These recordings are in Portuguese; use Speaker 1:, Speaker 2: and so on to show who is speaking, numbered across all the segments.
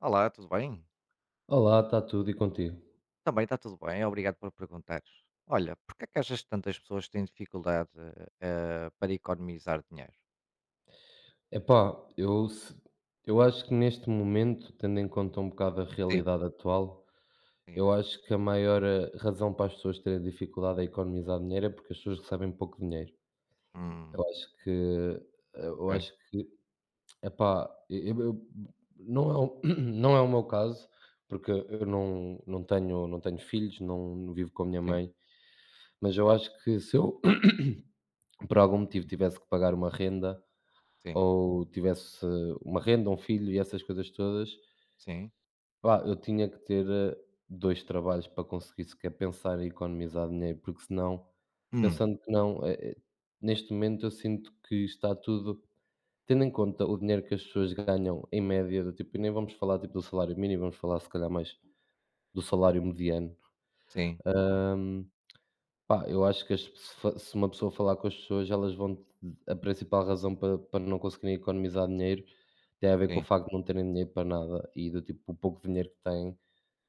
Speaker 1: Olá, tudo bem?
Speaker 2: Olá, está tudo e contigo?
Speaker 1: Também está tudo bem, obrigado por perguntares. Olha, porque é que achas que tantas pessoas têm dificuldade para economizar dinheiro?
Speaker 2: Epá, eu, eu acho que neste momento, tendo em conta um bocado a
Speaker 1: Sim,
Speaker 2: realidade atual,
Speaker 1: sim.
Speaker 2: eu acho que a maior razão para as pessoas terem dificuldade a economizar dinheiro é porque as pessoas recebem pouco dinheiro.
Speaker 1: Hum,
Speaker 2: Eu acho que, eu
Speaker 1: ok,
Speaker 2: acho que, epá, não, não é o meu caso, porque eu não, não tenho filhos, não, não vivo com a minha
Speaker 1: sim,
Speaker 2: mãe, mas eu acho que se eu, por algum motivo, tivesse que pagar uma renda
Speaker 1: sim,
Speaker 2: ou tivesse uma renda, um filho e essas coisas todas,
Speaker 1: sim.
Speaker 2: pá, eu tinha que ter, 2 trabalhos para conseguir sequer pensar em economizar dinheiro, porque senão,
Speaker 1: Hum,
Speaker 2: pensando que não, neste momento eu sinto que está tudo, tendo em conta o dinheiro que as pessoas ganham em média, do tipo, e nem vamos falar tipo do salário mínimo, vamos falar se calhar mais do salário mediano.
Speaker 1: sim,
Speaker 2: Pá, eu acho que as se fa se uma pessoa falar com as pessoas, elas vão, a principal razão para não conseguirem economizar dinheiro tem a ver com o
Speaker 1: sim.
Speaker 2: facto de não terem dinheiro para nada e do tipo, o pouco dinheiro que têm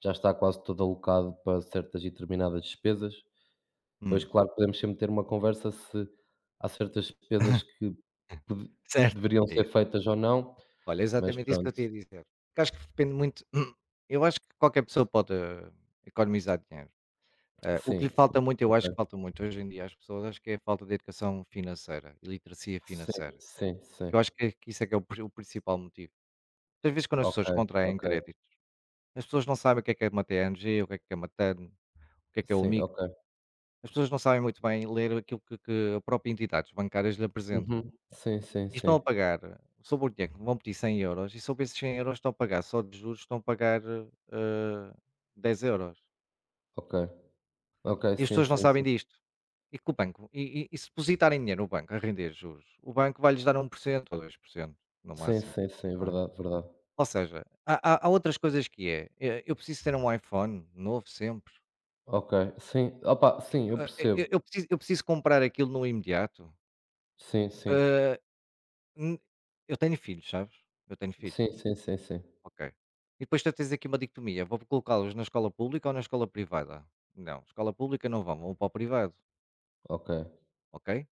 Speaker 2: já está quase todo alocado para certas e determinadas despesas. Pois,
Speaker 1: Hum.
Speaker 2: claro, podemos sempre ter uma conversa se há certas despesas que pode
Speaker 1: Certo?
Speaker 2: deveriam
Speaker 1: É
Speaker 2: ser
Speaker 1: isso.
Speaker 2: feitas ou não,
Speaker 1: Olha, é
Speaker 2: mas
Speaker 1: exatamente isso que eu
Speaker 2: pronto.
Speaker 1: tinha a dizer. Porque acho que depende muito. Eu acho que qualquer pessoa pode economizar dinheiro. O que lhe
Speaker 2: Sim, sim,
Speaker 1: falta muito, eu acho que
Speaker 2: ok.
Speaker 1: falta muito hoje em dia às pessoas, acho que é a falta de educação financeira e literacia
Speaker 2: Sim,
Speaker 1: financeira.
Speaker 2: sim,
Speaker 1: Que
Speaker 2: sim.
Speaker 1: eu acho que isso é que é o principal motivo. Às vezes quando as
Speaker 2: Ok,
Speaker 1: pessoas contraem
Speaker 2: ok.
Speaker 1: créditos, as pessoas não sabem o que é uma TNG, o que é uma TAN, o que é o
Speaker 2: Sim,
Speaker 1: MIC.
Speaker 2: ok.
Speaker 1: As pessoas não sabem muito bem ler aquilo que a própria entidade bancárias lhe apresentam.
Speaker 2: Uhum. Sim, sim,
Speaker 1: E estão a
Speaker 2: sim.
Speaker 1: pagar sobre o dinheiro, que vão pedir 100 euros, e sobre esses €100 estão a pagar só de juros, estão a pagar, 10 euros.
Speaker 2: Ok. Ok,
Speaker 1: E as
Speaker 2: sim,
Speaker 1: pessoas não
Speaker 2: sim,
Speaker 1: sabem
Speaker 2: sim.
Speaker 1: disto. E que o banco, e se depositarem dinheiro no banco a render juros, o banco vai-lhes dar um 1% ou 2% no
Speaker 2: Sim,
Speaker 1: máximo,
Speaker 2: sim, sim,
Speaker 1: não é?
Speaker 2: verdade, verdade.
Speaker 1: Ou seja, há outras coisas que é, eu preciso ter um iPhone novo sempre,
Speaker 2: Ok, sim, opa, sim, eu
Speaker 1: e
Speaker 2: percebo.
Speaker 1: eu preciso, comprar aquilo no imediato,
Speaker 2: Sim, sim.
Speaker 1: ah, hum, eu tenho filhos, sabes? Eu tenho filhos,
Speaker 2: Sim, sim, sim, sim.
Speaker 1: ok. E depois tu tens aqui uma dicotomia, vou colocá-los na escola pública ou na escola privada? Não, escola pública não vão, vão para o privado,
Speaker 2: Ok.
Speaker 1: ok?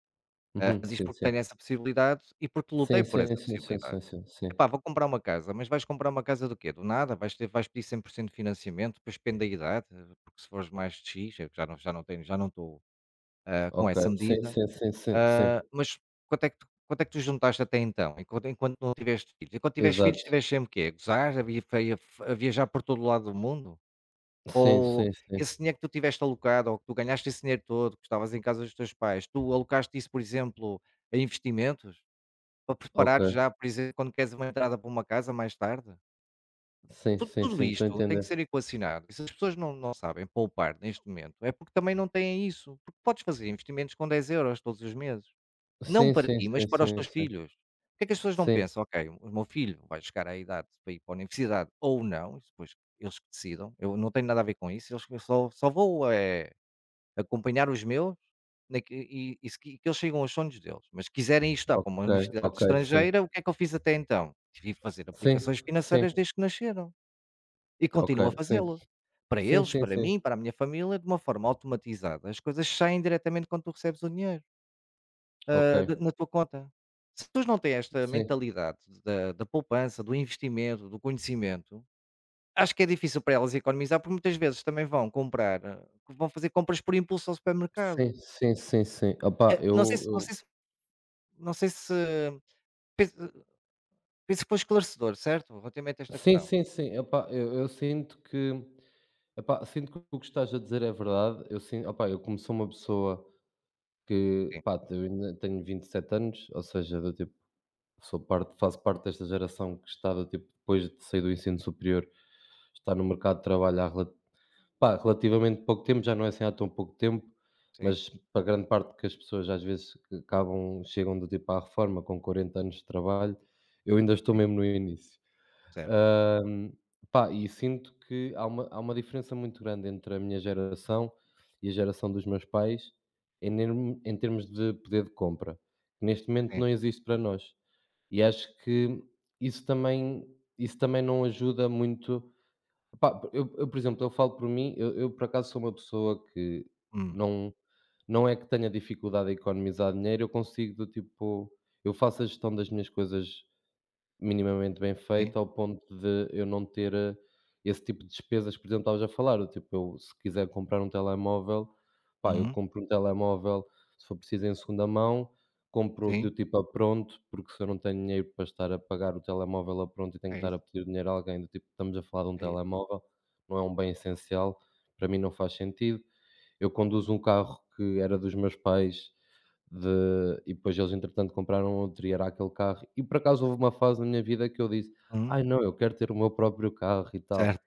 Speaker 1: Ah,
Speaker 2: Uhum,
Speaker 1: mas isto
Speaker 2: sim,
Speaker 1: porque
Speaker 2: sim.
Speaker 1: tenho essa possibilidade e porque
Speaker 2: Sim,
Speaker 1: lutei por essa
Speaker 2: sim, sim, sim,
Speaker 1: possibilidade.
Speaker 2: sim, sim, sim.
Speaker 1: Epá, vou comprar uma casa, mas vais comprar uma casa do quê? Do nada? Vais ter, vais pedir 100% de financiamento, depois depende da idade, porque se fores mais de X, eu já não tenho, já não estou com
Speaker 2: Ok.
Speaker 1: essa
Speaker 2: Sim,
Speaker 1: medida.
Speaker 2: sim, sim, sim, sim.
Speaker 1: Ah, mas quanto é que tu, quanto é que tu juntaste até então? Enquanto, enquanto não tiveste filhos? Enquanto tiveste filhos,
Speaker 2: Exato.
Speaker 1: tiveste sempre o quê? A gozar, a viajar por todo o lado do mundo?
Speaker 2: Sim,
Speaker 1: Ou
Speaker 2: sim, sim.
Speaker 1: esse dinheiro que tu tiveste alocado, ou que tu ganhaste esse dinheiro todo, que estavas em casa dos teus pais, tu alocaste isso, por exemplo, a investimentos? Para
Speaker 2: Ok.
Speaker 1: preparar já, por exemplo, quando queres uma entrada para uma casa mais tarde?
Speaker 2: Sim,
Speaker 1: Tu,
Speaker 2: sim,
Speaker 1: tudo
Speaker 2: sim, estou a
Speaker 1: isto tem
Speaker 2: entender.
Speaker 1: que ser equacionado. E se as pessoas não sabem poupar neste momento, é porque também não têm isso. Porque podes fazer investimentos com 10 euros todos os meses. Não
Speaker 2: Sim,
Speaker 1: para
Speaker 2: sim,
Speaker 1: ti, mas
Speaker 2: sim,
Speaker 1: para os
Speaker 2: sim,
Speaker 1: teus
Speaker 2: sim.
Speaker 1: filhos. O que é que as pessoas não
Speaker 2: Sim,
Speaker 1: pensam? Ok, o meu filho vai chegar à idade para ir para a universidade ou não, isso depois eles que decidam, eu não tenho nada a ver com isso, eles, só vou acompanhar os meus e se que eles chegam aos sonhos deles. Mas se quiserem ir estudar
Speaker 2: ok,
Speaker 1: para uma universidade
Speaker 2: ok, sim.
Speaker 1: estrangeira, o que é que eu fiz até então? Tive de fazer
Speaker 2: Sim,
Speaker 1: aplicações
Speaker 2: sim,
Speaker 1: financeiras desde que nasceram e
Speaker 2: ok,
Speaker 1: continuo a
Speaker 2: sim.
Speaker 1: fazê-lo. Para
Speaker 2: Sim,
Speaker 1: eles,
Speaker 2: sim,
Speaker 1: para
Speaker 2: sim.
Speaker 1: mim, para a minha família, de uma forma automatizada. As coisas saem diretamente quando tu recebes o dinheiro
Speaker 2: Ok.
Speaker 1: ah, da na tua conta. Se as pessoas não têm esta
Speaker 2: Sim.
Speaker 1: mentalidade da poupança, do investimento, do conhecimento, acho que é difícil para elas economizar, porque muitas vezes também vão comprar, vão fazer compras por impulso ao
Speaker 2: Sim,
Speaker 1: supermercado.
Speaker 2: sim, sim, sim. Opa,
Speaker 1: Eh, não sei se não
Speaker 2: eu
Speaker 1: sei se não sei se penso Penso que foi esclarecedor, certo? Relativamente a esta
Speaker 2: sim,
Speaker 1: questão.
Speaker 2: sim, sim. Opá, eu sinto que, epá, sinto que o que estás a dizer é verdade. Eu sin opá, eu como sou uma pessoa que,
Speaker 1: Sim,
Speaker 2: pá, eu ainda tenho 27 anos, ou seja, do tipo, sou parte faço parte desta geração que está do tipo, depois de sair do ensino superior, está no mercado de trabalho há rela pá, relativamente pouco tempo, já não é assim há tão pouco tempo,
Speaker 1: sim,
Speaker 2: mas para grande parte que as pessoas às vezes que acabam chegam do tipo à reforma com 40 anos de trabalho, eu ainda estou
Speaker 1: sim,
Speaker 2: mesmo no início.
Speaker 1: certo,
Speaker 2: Hã, pá, e sinto que há uma diferença muito grande entre a minha geração e a geração dos meus pais em nermo em termos de poder de compra, que neste momento
Speaker 1: sim,
Speaker 2: não existe para nós. E acho que isso também isso também não ajuda muito. Pá, por exemplo, eu falo por mim, eu por acaso sou uma pessoa que
Speaker 1: hum,
Speaker 2: não não é que tenha dificuldade a economizar dinheiro, eu consigo do tipo, eu faço a gestão das minhas coisas minimamente bem
Speaker 1: sim,
Speaker 2: feito ao ponto de eu não ter, esse tipo de despesas, por exemplo, estavas a falar, do tipo, eu se quiser comprar um telemóvel, pá, eu
Speaker 1: uhum,
Speaker 2: compro um telemóvel, se for preciso em segunda mão, compro do
Speaker 1: sim,
Speaker 2: tipo a pronto, porque se eu não tenho dinheiro para estar a pagar o telemóvel a pronto e tenho que
Speaker 1: é
Speaker 2: estar
Speaker 1: isso,
Speaker 2: a pedir dinheiro a alguém, do tipo, estamos a falar de um
Speaker 1: é isso,
Speaker 2: telemóvel, não é um bem essencial, para mim não faz sentido. Eu conduzo um carro que era dos meus pais, de e depois eles entretanto compraram outro e era aquele carro. E por acaso houve uma fase na minha vida que eu disse:
Speaker 1: uhum,
Speaker 2: "Ai não, eu quero ter o meu próprio carro e tal".
Speaker 1: certo,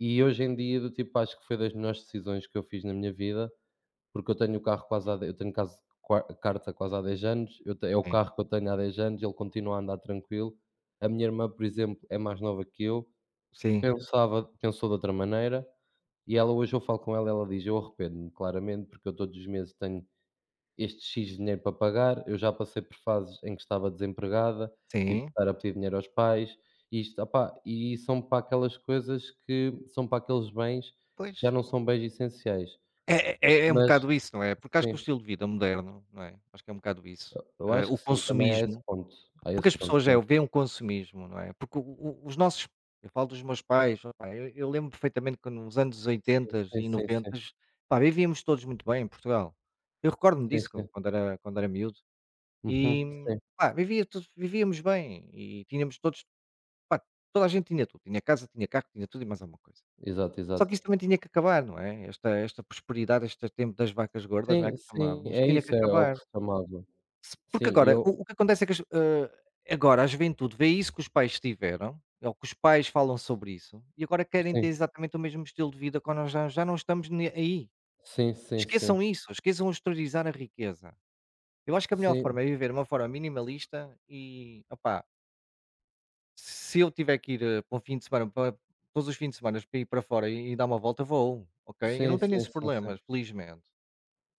Speaker 2: E hoje em dia, do tipo, acho que foi das melhores decisões que eu fiz na minha vida, porque eu tenho o carro quase há de eu tenho quase qua carta quase há 10 anos, eu te é o
Speaker 1: sim,
Speaker 2: carro que eu tenho há 10 anos, ele continua a andar tranquilo. A minha irmã, por exemplo, é mais nova que eu,
Speaker 1: sim,
Speaker 2: pensava pensou de outra maneira, e ela hoje eu falo com ela, ela diz: "Eu arrependo-me claramente, porque eu todos os meses tenho este X dinheiro para pagar, eu já passei por fases em que estava desempregada, tive que
Speaker 1: sim,
Speaker 2: estar a pedir dinheiro aos pais, e isto, opá, e são para aquelas coisas, que são para aqueles bens que já
Speaker 1: pois.
Speaker 2: não são bens essenciais".
Speaker 1: É um
Speaker 2: Mas
Speaker 1: bocado isso, não é? Porque acho que o
Speaker 2: sim,
Speaker 1: estilo de vida moderno, não é? Acho que é um bocado isso.
Speaker 2: eu acho
Speaker 1: O
Speaker 2: que sim, também
Speaker 1: consumismo,
Speaker 2: há
Speaker 1: porque
Speaker 2: esse
Speaker 1: as
Speaker 2: ponto,
Speaker 1: pessoas
Speaker 2: sim.
Speaker 1: já veem o consumismo, não é? Porque o os nossos, eu falo dos meus pais, opá, eu lembro perfeitamente que nos anos
Speaker 2: Sim,
Speaker 1: oitenta
Speaker 2: sim,
Speaker 1: e
Speaker 2: sim,
Speaker 1: noventa
Speaker 2: sim,
Speaker 1: pá, vivíamos todos muito bem em Portugal. Eu recordo-me
Speaker 2: sim,
Speaker 1: disso
Speaker 2: sim.
Speaker 1: quando era, quando era miúdo e,
Speaker 2: Uhum, sim.
Speaker 1: pá, vivia tudo vivíamos bem e tínhamos todos, pá, toda a gente tinha tudo, tinha casa, tinha carro, tinha tudo e mais alguma coisa.
Speaker 2: Exato,
Speaker 1: Só que isso
Speaker 2: exato.
Speaker 1: também tinha que acabar, não é? Esta prosperidade, este tempo das vacas gordas, não é,
Speaker 2: Sim,
Speaker 1: que chamavam,
Speaker 2: sim,
Speaker 1: mas
Speaker 2: é
Speaker 1: tinha que
Speaker 2: isso, é o
Speaker 1: acabar.
Speaker 2: que se chamava.
Speaker 1: Se porque
Speaker 2: Sim,
Speaker 1: agora
Speaker 2: eu
Speaker 1: o que acontece é que as, agora a juventude vê isso que os pais tiveram, ou que os pais falam sobre isso, e agora querem ter
Speaker 2: sim,
Speaker 1: exatamente o mesmo estilo de vida quando nós já não estamos ne aí.
Speaker 2: sim, sim, sim.
Speaker 1: Esqueçam isso, esqueçam o exteriorizar a riqueza. Eu acho que a melhor
Speaker 2: Sim,
Speaker 1: forma é viver uma forma minimalista e, opá, se eu tiver que ir, eh, para um fim de semana para todos os fins de semana, para ir para fora e dar uma volta, vou, ok? Eu não
Speaker 2: sim,
Speaker 1: tenho
Speaker 2: sim,
Speaker 1: esses
Speaker 2: sim,
Speaker 1: problemas,
Speaker 2: sim.
Speaker 1: felizmente.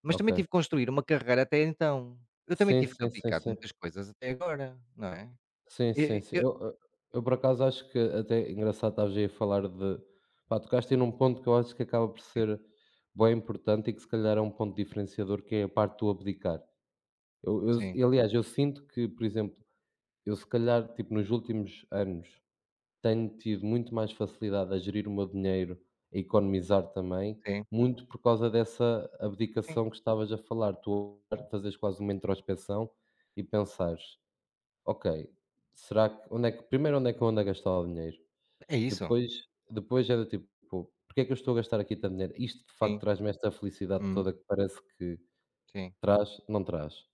Speaker 1: Mas
Speaker 2: Ok.
Speaker 1: também tive que construir uma carreira até então. Eu também
Speaker 2: Sim,
Speaker 1: tive que
Speaker 2: sim, sim,
Speaker 1: abdicar de
Speaker 2: sim.
Speaker 1: muitas coisas até agora, não é?
Speaker 2: Sim, sim,
Speaker 1: E
Speaker 2: sim.
Speaker 1: eu,
Speaker 2: Eu, eu por acaso acho que até é engraçado estares aí a falar de, pá, tocaste aí num ponto que eu acho que acaba por
Speaker 1: sim,
Speaker 2: ser bem importante e que se calhar é um ponto diferenciador, que é a parte do abdicar.
Speaker 1: sim,
Speaker 2: Aliás, eu sinto que, por exemplo, eu se calhar, tipo, nos últimos anos tenho tido muito mais facilidade a gerir o meu dinheiro, a economizar também,
Speaker 1: sim,
Speaker 2: muito por causa dessa
Speaker 1: sim,
Speaker 2: abdicação que estavas a falar. Tu fazeres quase uma introspeção e pensares: ok, será que onde é que, primeiro onde é que eu ando a gastar o dinheiro?
Speaker 1: é isso.
Speaker 2: Depois, é do tipo: pô, "Porque é que eu estou a gastar aqui tanto dinheiro? Isto de facto
Speaker 1: Sim,
Speaker 2: traz-me esta felicidade
Speaker 1: uhum,
Speaker 2: toda que parece que
Speaker 1: sim,
Speaker 2: traz".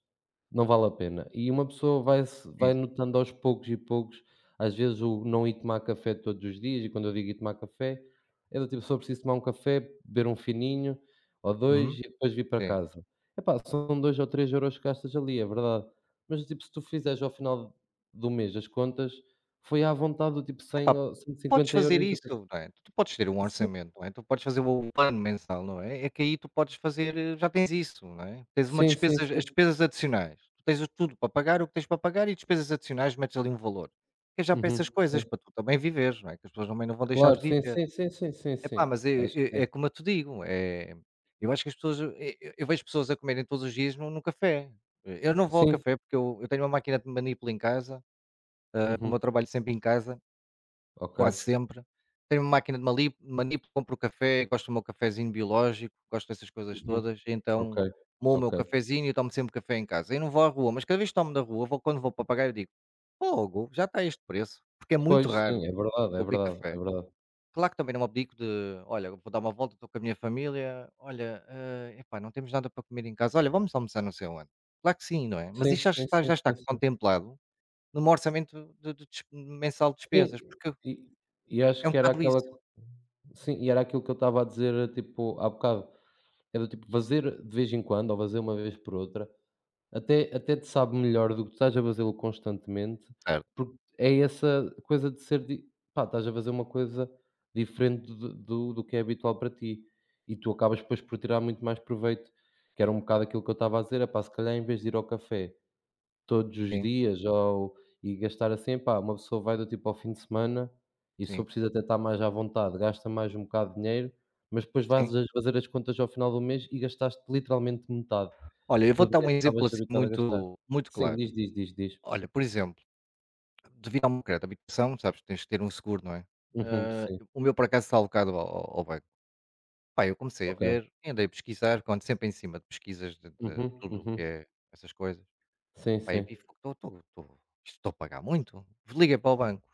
Speaker 2: Não vale a pena. E uma pessoa
Speaker 1: é
Speaker 2: vai
Speaker 1: isso.
Speaker 2: notando aos poucos e poucos, às vezes o não ir tomar café todos os dias, e quando eu digo ir tomar café, é do tipo, se preciso tomar um café, beber um fininho ou dois
Speaker 1: Uhum,
Speaker 2: e depois vir para
Speaker 1: sim.
Speaker 2: casa. Epá, são 2 ou 3 € que gastas ali, é verdade. Mas tipo, se tu fizeres ao final do mês as contas, foi à vontade do tipo 100
Speaker 1: Epá,
Speaker 2: ou
Speaker 1: podes
Speaker 2: 150 €
Speaker 1: fazer
Speaker 2: e 50 euros. E tu pensas,
Speaker 1: isso, não é? Tu podes ter um orçamento, não é? Tu podes fazer o plano mensal, não é? É que aí tu podes fazer, já tens isso, não é? Tens uma
Speaker 2: sim, sim,
Speaker 1: despesas as
Speaker 2: sim, sim.
Speaker 1: despesas adicionais. Tu tens o tudo para pagar, o que tens para pagar, e despesas adicionais metes ali um valor. Que é já para essas
Speaker 2: Uhum,
Speaker 1: coisas,
Speaker 2: sim.
Speaker 1: para tu também viveres, não é? Que as pessoas também não vão deixar de
Speaker 2: Claro, sim,
Speaker 1: viver.
Speaker 2: sim, sim, sim, sim, sim.
Speaker 1: Epá, mas é,
Speaker 2: Acho que
Speaker 1: é,
Speaker 2: sim.
Speaker 1: É como eu te digo, é, eu acho que as pessoas, eu vejo pessoas a comerem todos os dias num, num café. Eu não vou ao
Speaker 2: Sim.
Speaker 1: café porque eu tenho uma máquina de manipulo em casa, como eu
Speaker 2: Uhum,
Speaker 1: trabalho sempre em casa.
Speaker 2: ok.
Speaker 1: Quase sempre. Tenho uma máquina de mali manipo, compro o café, gosto do meu cafezinho biológico, gosto dessas coisas
Speaker 2: Uhum.
Speaker 1: todas,
Speaker 2: Ok,
Speaker 1: então moa o
Speaker 2: ok.
Speaker 1: meu cafezinho e tomo sempre café em casa. E não vou à rua, mas cada vez que tomo da rua, vou quando vou para pagar eu digo: "Fogo, já está este preço", porque é muito
Speaker 2: Pois, sim,
Speaker 1: raro
Speaker 2: é verdade, é
Speaker 1: eu beber
Speaker 2: verdade, é
Speaker 1: café.
Speaker 2: verdade.
Speaker 1: Claro que também não abdico de: "Olha, vou dar uma volta, estou com a minha família, olha, ah, epá, não temos nada para comer em casa, olha, vamos almoçar não sei aonde". Claro que sim, não é? Mas
Speaker 2: Sim,
Speaker 1: isto
Speaker 2: sim, sim,
Speaker 1: já está
Speaker 2: sim, sim.
Speaker 1: contemplado no meu orçamento de des mensal de
Speaker 2: Sim,
Speaker 1: despesas, porque
Speaker 2: e acho
Speaker 1: é um
Speaker 2: que era
Speaker 1: bocado
Speaker 2: aquela
Speaker 1: isso.
Speaker 2: co, sim, e era aquilo que eu estava a dizer, tipo, há bocado, era do tipo fazer de vez em quando ou fazer uma vez por outra, até, até te sabe melhor do que tu estás a fazê-lo constantemente, porque é essa coisa de ser di, pá, estás a fazer uma coisa diferente do que é habitual para ti, e tu acabas depois por tirar muito mais proveito, que era um bocado aquilo que eu estava a dizer, epá, se calhar em vez de ir ao café todos os
Speaker 1: Sim,
Speaker 2: dias ou e gastar assim, epá, uma pessoa vai do tipo ao fim de semana, e se for
Speaker 1: sim,
Speaker 2: preciso até estar mais à vontade, gasta mais um bocado de dinheiro, mas depois vais
Speaker 1: sim.
Speaker 2: a fazer as contas ao final do mês e gastaste literalmente metade.
Speaker 1: Olha, eu vou
Speaker 2: Do
Speaker 1: dar um
Speaker 2: dinheiro que
Speaker 1: exemplo
Speaker 2: estavas
Speaker 1: assim
Speaker 2: habituado a gastar.
Speaker 1: muito, muito
Speaker 2: Sim,
Speaker 1: claro.
Speaker 2: diz, diz, diz, diz.
Speaker 1: Olha, por exemplo, devido ao meu crédito de habitação, sabes, tens de ter um seguro, não é?
Speaker 2: Uhum,
Speaker 1: Ah,
Speaker 2: sim,
Speaker 1: o meu, por acaso, está alocado ao ao banco. Pá, eu comecei a
Speaker 2: ok.
Speaker 1: ver, andei a pesquisar, quando sempre em cima de pesquisas de
Speaker 2: Uhum,
Speaker 1: tudo o que
Speaker 2: uhum.
Speaker 1: é essas coisas.
Speaker 2: Sim,
Speaker 1: Pá, e
Speaker 2: sim.
Speaker 1: vi, estou a pagar muito. Liguei para o banco.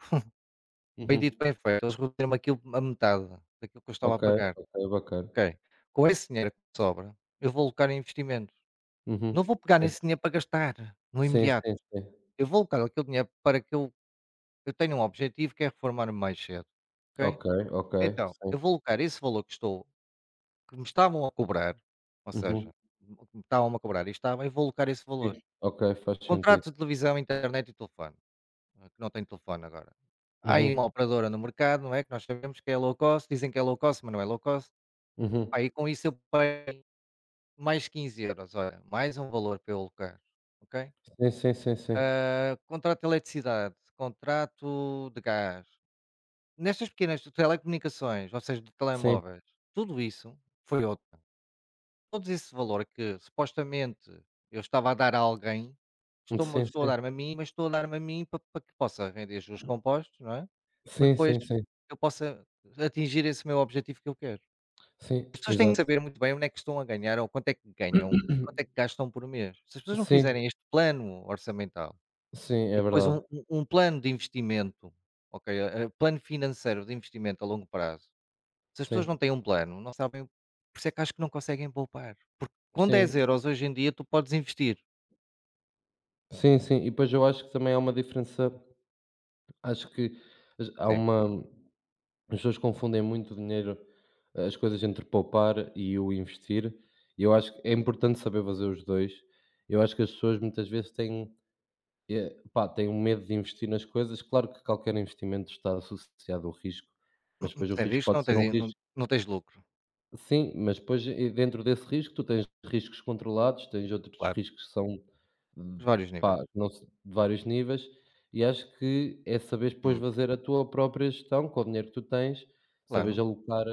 Speaker 1: Bendito
Speaker 2: Uhum.
Speaker 1: bem feito, eles reduziram-me aquilo a metade daquilo que eu estava a
Speaker 2: Ok,
Speaker 1: pagar.
Speaker 2: ok, bacana.
Speaker 1: Ok. Com esse dinheiro que sobra, eu vou alocar em investimento. Não vou
Speaker 2: Uhum.
Speaker 1: pegar
Speaker 2: Sim.
Speaker 1: nesse dinheiro para gastar no
Speaker 2: Sim,
Speaker 1: imediato.
Speaker 2: sim, sim.
Speaker 1: Eu vou alocar aquele dinheiro para que eu tenho um objetivo que é reformar-me mais cedo, ok?
Speaker 2: Ok, ok,
Speaker 1: Então,
Speaker 2: sim.
Speaker 1: eu vou alocar esse valor que estou que me estavam a cobrar, ou
Speaker 2: Uhum.
Speaker 1: seja, o que me estavam a cobrar eu vou alocar esse valor.
Speaker 2: Sim. Ok, faz sentido.
Speaker 1: Contratos de televisão, internet e telefone, que não tem telefone agora. Há aí uma
Speaker 2: Uhum,
Speaker 1: operadora no mercado, não é, que nós sabemos que é low cost, dizem que é low cost, mas não é low cost.
Speaker 2: uhum.
Speaker 1: Aí com isso eu paguei mais 15 euros, olha, mais um valor para eu alocar, ok?
Speaker 2: Sim, sim, sim, sim.
Speaker 1: Ah, contrato de eletricidade, contrato de gás, nestas pequenas telecomunicações, ou seja, de
Speaker 2: Sim,
Speaker 1: telemóveis, tudo isso foi OTAN. Todo esse valor que supostamente eu estava a dar a alguém,
Speaker 2: sim,
Speaker 1: estou a
Speaker 2: sim.
Speaker 1: dar-me a mim, mas estou a dar-me a mim para, para que possa render juros compostos, não é? Para
Speaker 2: Sim,
Speaker 1: depois
Speaker 2: sim, sim.
Speaker 1: eu possa atingir esse meu objetivo que eu quero.
Speaker 2: Sim,
Speaker 1: As pessoas têm que
Speaker 2: exato.
Speaker 1: saber muito bem onde é que estão a ganhar, ou quanto é que ganham e quanto é que gastam por mês. Se as pessoas não
Speaker 2: Sim,
Speaker 1: fizerem este plano orçamental,
Speaker 2: sim,
Speaker 1: e
Speaker 2: é
Speaker 1: depois
Speaker 2: verdade.
Speaker 1: um plano de investimento, ok, plano financeiro de investimento a longo prazo. Se as pessoas
Speaker 2: Sim,
Speaker 1: não têm um plano, não sabem, por isso é que acho que não conseguem poupar. Com dez
Speaker 2: sim,
Speaker 1: euros hoje em dia tu podes investir,
Speaker 2: sim, sim. E depois eu acho que também há uma diferença, acho que as há
Speaker 1: sim.
Speaker 2: uma, as pessoas confundem muito o dinheiro, as coisas entre poupar e o investir, e eu acho que é importante saber fazer os dois. Eu acho que as pessoas muitas vezes têm, pá, têm um medo de investir nas coisas. Claro que qualquer investimento está associado ao risco, mas depois o
Speaker 1: Sem
Speaker 2: risco
Speaker 1: risco não
Speaker 2: pode ser um
Speaker 1: tens não
Speaker 2: risco.
Speaker 1: não tens lucro,
Speaker 2: Sim, mas depois, e dentro desse risco tu tens riscos controlados, tens outros
Speaker 1: claro,
Speaker 2: riscos que são, hum,
Speaker 1: os vários níveis.
Speaker 2: pá, não se de vários níveis, e acho que é saberes depois
Speaker 1: Hum,
Speaker 2: fazer a tua própria gestão com o dinheiro que tu tens, saberes
Speaker 1: claro,
Speaker 2: alocar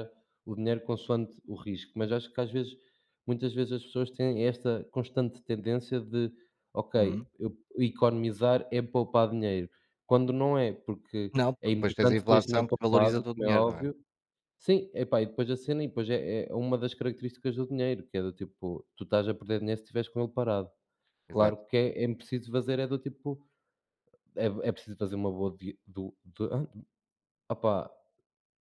Speaker 2: o dinheiro consoante o risco. Mas acho que às vezes, muitas vezes, as pessoas têm esta constante tendência de: "Ok,
Speaker 1: uhum.
Speaker 2: eu economizar é poupar dinheiro", quando não é, porque
Speaker 1: Não, porque
Speaker 2: é
Speaker 1: depois tens a
Speaker 2: importante ter
Speaker 1: inflação
Speaker 2: dinheiro
Speaker 1: que valoriza
Speaker 2: poupado,
Speaker 1: o
Speaker 2: como é
Speaker 1: dinheiro, não é?
Speaker 2: óbvio. Sim, epá, e depois a cena, e depois é, é uma das características do dinheiro, que é do tipo, tu estás a perder dinheiro se estiveres com ele parado.
Speaker 1: Exato,
Speaker 2: Claro que é, é preciso fazer, é do tipo, é, é preciso fazer uma boa. Do, opá,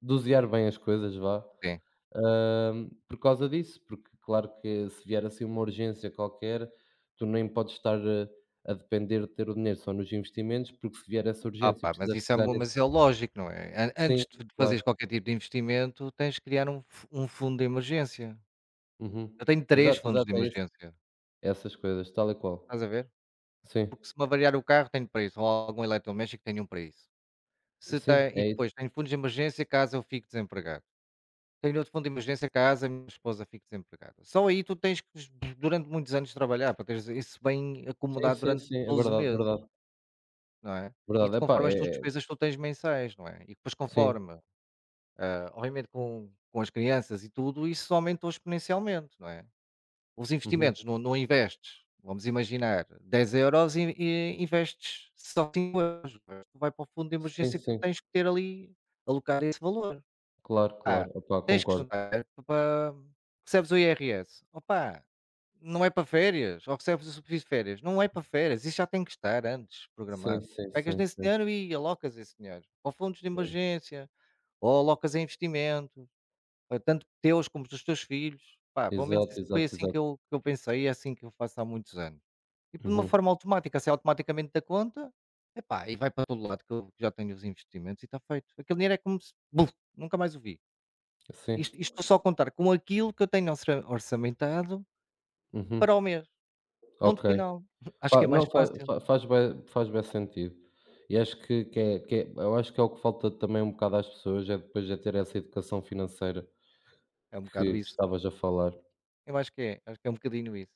Speaker 2: dosear bem as coisas, vá,
Speaker 1: sim.
Speaker 2: por causa disso, porque claro que se vier assim uma urgência qualquer, tu nem podes estar, a depender de ter o dinheiro só nos investimentos, porque se vier essa
Speaker 1: Ah,
Speaker 2: urgência e
Speaker 1: pá, mas
Speaker 2: precisas
Speaker 1: isso é
Speaker 2: pegar
Speaker 1: mu
Speaker 2: nesse.
Speaker 1: mas é lógico, não é? A antes
Speaker 2: Sim,
Speaker 1: de fazeres
Speaker 2: claro.
Speaker 1: qualquer tipo de investimento, tens de criar um fu um fundo de emergência.
Speaker 2: Uhum.
Speaker 1: Eu tenho 3
Speaker 2: Exato,
Speaker 1: fundos
Speaker 2: exato,
Speaker 1: de
Speaker 2: é isso.
Speaker 1: emergência.
Speaker 2: É essas coisas, tal e qual.
Speaker 1: Estás a ver?
Speaker 2: Sim.
Speaker 1: Porque se me avariar o carro tenho para isso, ou algum eletrodoméstico tenho um para isso. Se
Speaker 2: Sim,
Speaker 1: tem e
Speaker 2: é isso.
Speaker 1: Depois tenho fundo de emergência caso eu fique desempregado. Tenho outro fundo de emergência caso a minha esposa fique desempregada. Só aí tu tens que durante muitos anos trabalhar para teres isso bem
Speaker 2: Sim,
Speaker 1: acomodado
Speaker 2: sim,
Speaker 1: durante
Speaker 2: sim, é
Speaker 1: 12
Speaker 2: verdade,
Speaker 1: meses,
Speaker 2: verdade,
Speaker 1: não é? E tu
Speaker 2: verdade. Epá,
Speaker 1: conforme as tuas
Speaker 2: é é
Speaker 1: despesas tu tens mensais, não é? E depois
Speaker 2: sim,
Speaker 1: conforme, ah, obviamente com as crianças e tudo, isso aumentou exponencialmente, não é? Os
Speaker 2: uhum.
Speaker 1: investimentos, não investes, vamos imaginar, 10 euros e investes só 5€. O resto vai para o fundo de
Speaker 2: Sim,
Speaker 1: emergência que tu
Speaker 2: sim,
Speaker 1: tens que ter ali, alocar esse valor.
Speaker 2: claro,
Speaker 1: Ah,
Speaker 2: claro. Epá,
Speaker 1: tens que
Speaker 2: concordo.
Speaker 1: juntar para. Recebes o IRS. Opa, não é para férias. Ou recebes o subsídio de férias. Não é para férias. Isso já tem que estar antes
Speaker 2: Sim,
Speaker 1: programado.
Speaker 2: sim,
Speaker 1: Pegas
Speaker 2: sim,
Speaker 1: nesse
Speaker 2: sim.
Speaker 1: dinheiro e alocas esse dinheiro. Ou fundos de
Speaker 2: Ex
Speaker 1: emergência, ou alocas em investimento, tanto teus como dos teus filhos. Pá, pelo menos
Speaker 2: exato,
Speaker 1: isso foi
Speaker 2: exato,
Speaker 1: assim que
Speaker 2: exato.
Speaker 1: eu pensei e é assim que eu faço há muitos anos. E de uma
Speaker 2: Uhum.
Speaker 1: forma automática, sai automaticamente da conta, epá, e vai para todo lado que eu já tenho os investimentos, e está feito. Aquele dinheiro é como se buf, nunca mais o vi.
Speaker 2: Sim,
Speaker 1: Isto isto Vou só contar com aquilo que eu tenho orçamentado para
Speaker 2: uhum.
Speaker 1: o mês, ponto
Speaker 2: Ok.
Speaker 1: final. Acho que é
Speaker 2: Pá,
Speaker 1: mais
Speaker 2: não, fa
Speaker 1: fácil,
Speaker 2: fa faz bué, faz bem sentido. E acho que que é, eu acho que é o que falta também um bocado às pessoas, é depois de ter essa educação financeira
Speaker 1: é um bocado
Speaker 2: que
Speaker 1: isso.
Speaker 2: estavas a falar.
Speaker 1: Eu acho que é um bocadinho isso.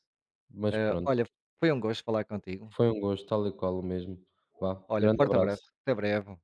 Speaker 2: Mas pronto,
Speaker 1: Olha, foi um gosto falar contigo.
Speaker 2: foi um gosto, tal e qual o mesmo. Vá,
Speaker 1: Olha,
Speaker 2: grande
Speaker 1: forte
Speaker 2: abraço.
Speaker 1: abraço, até breve.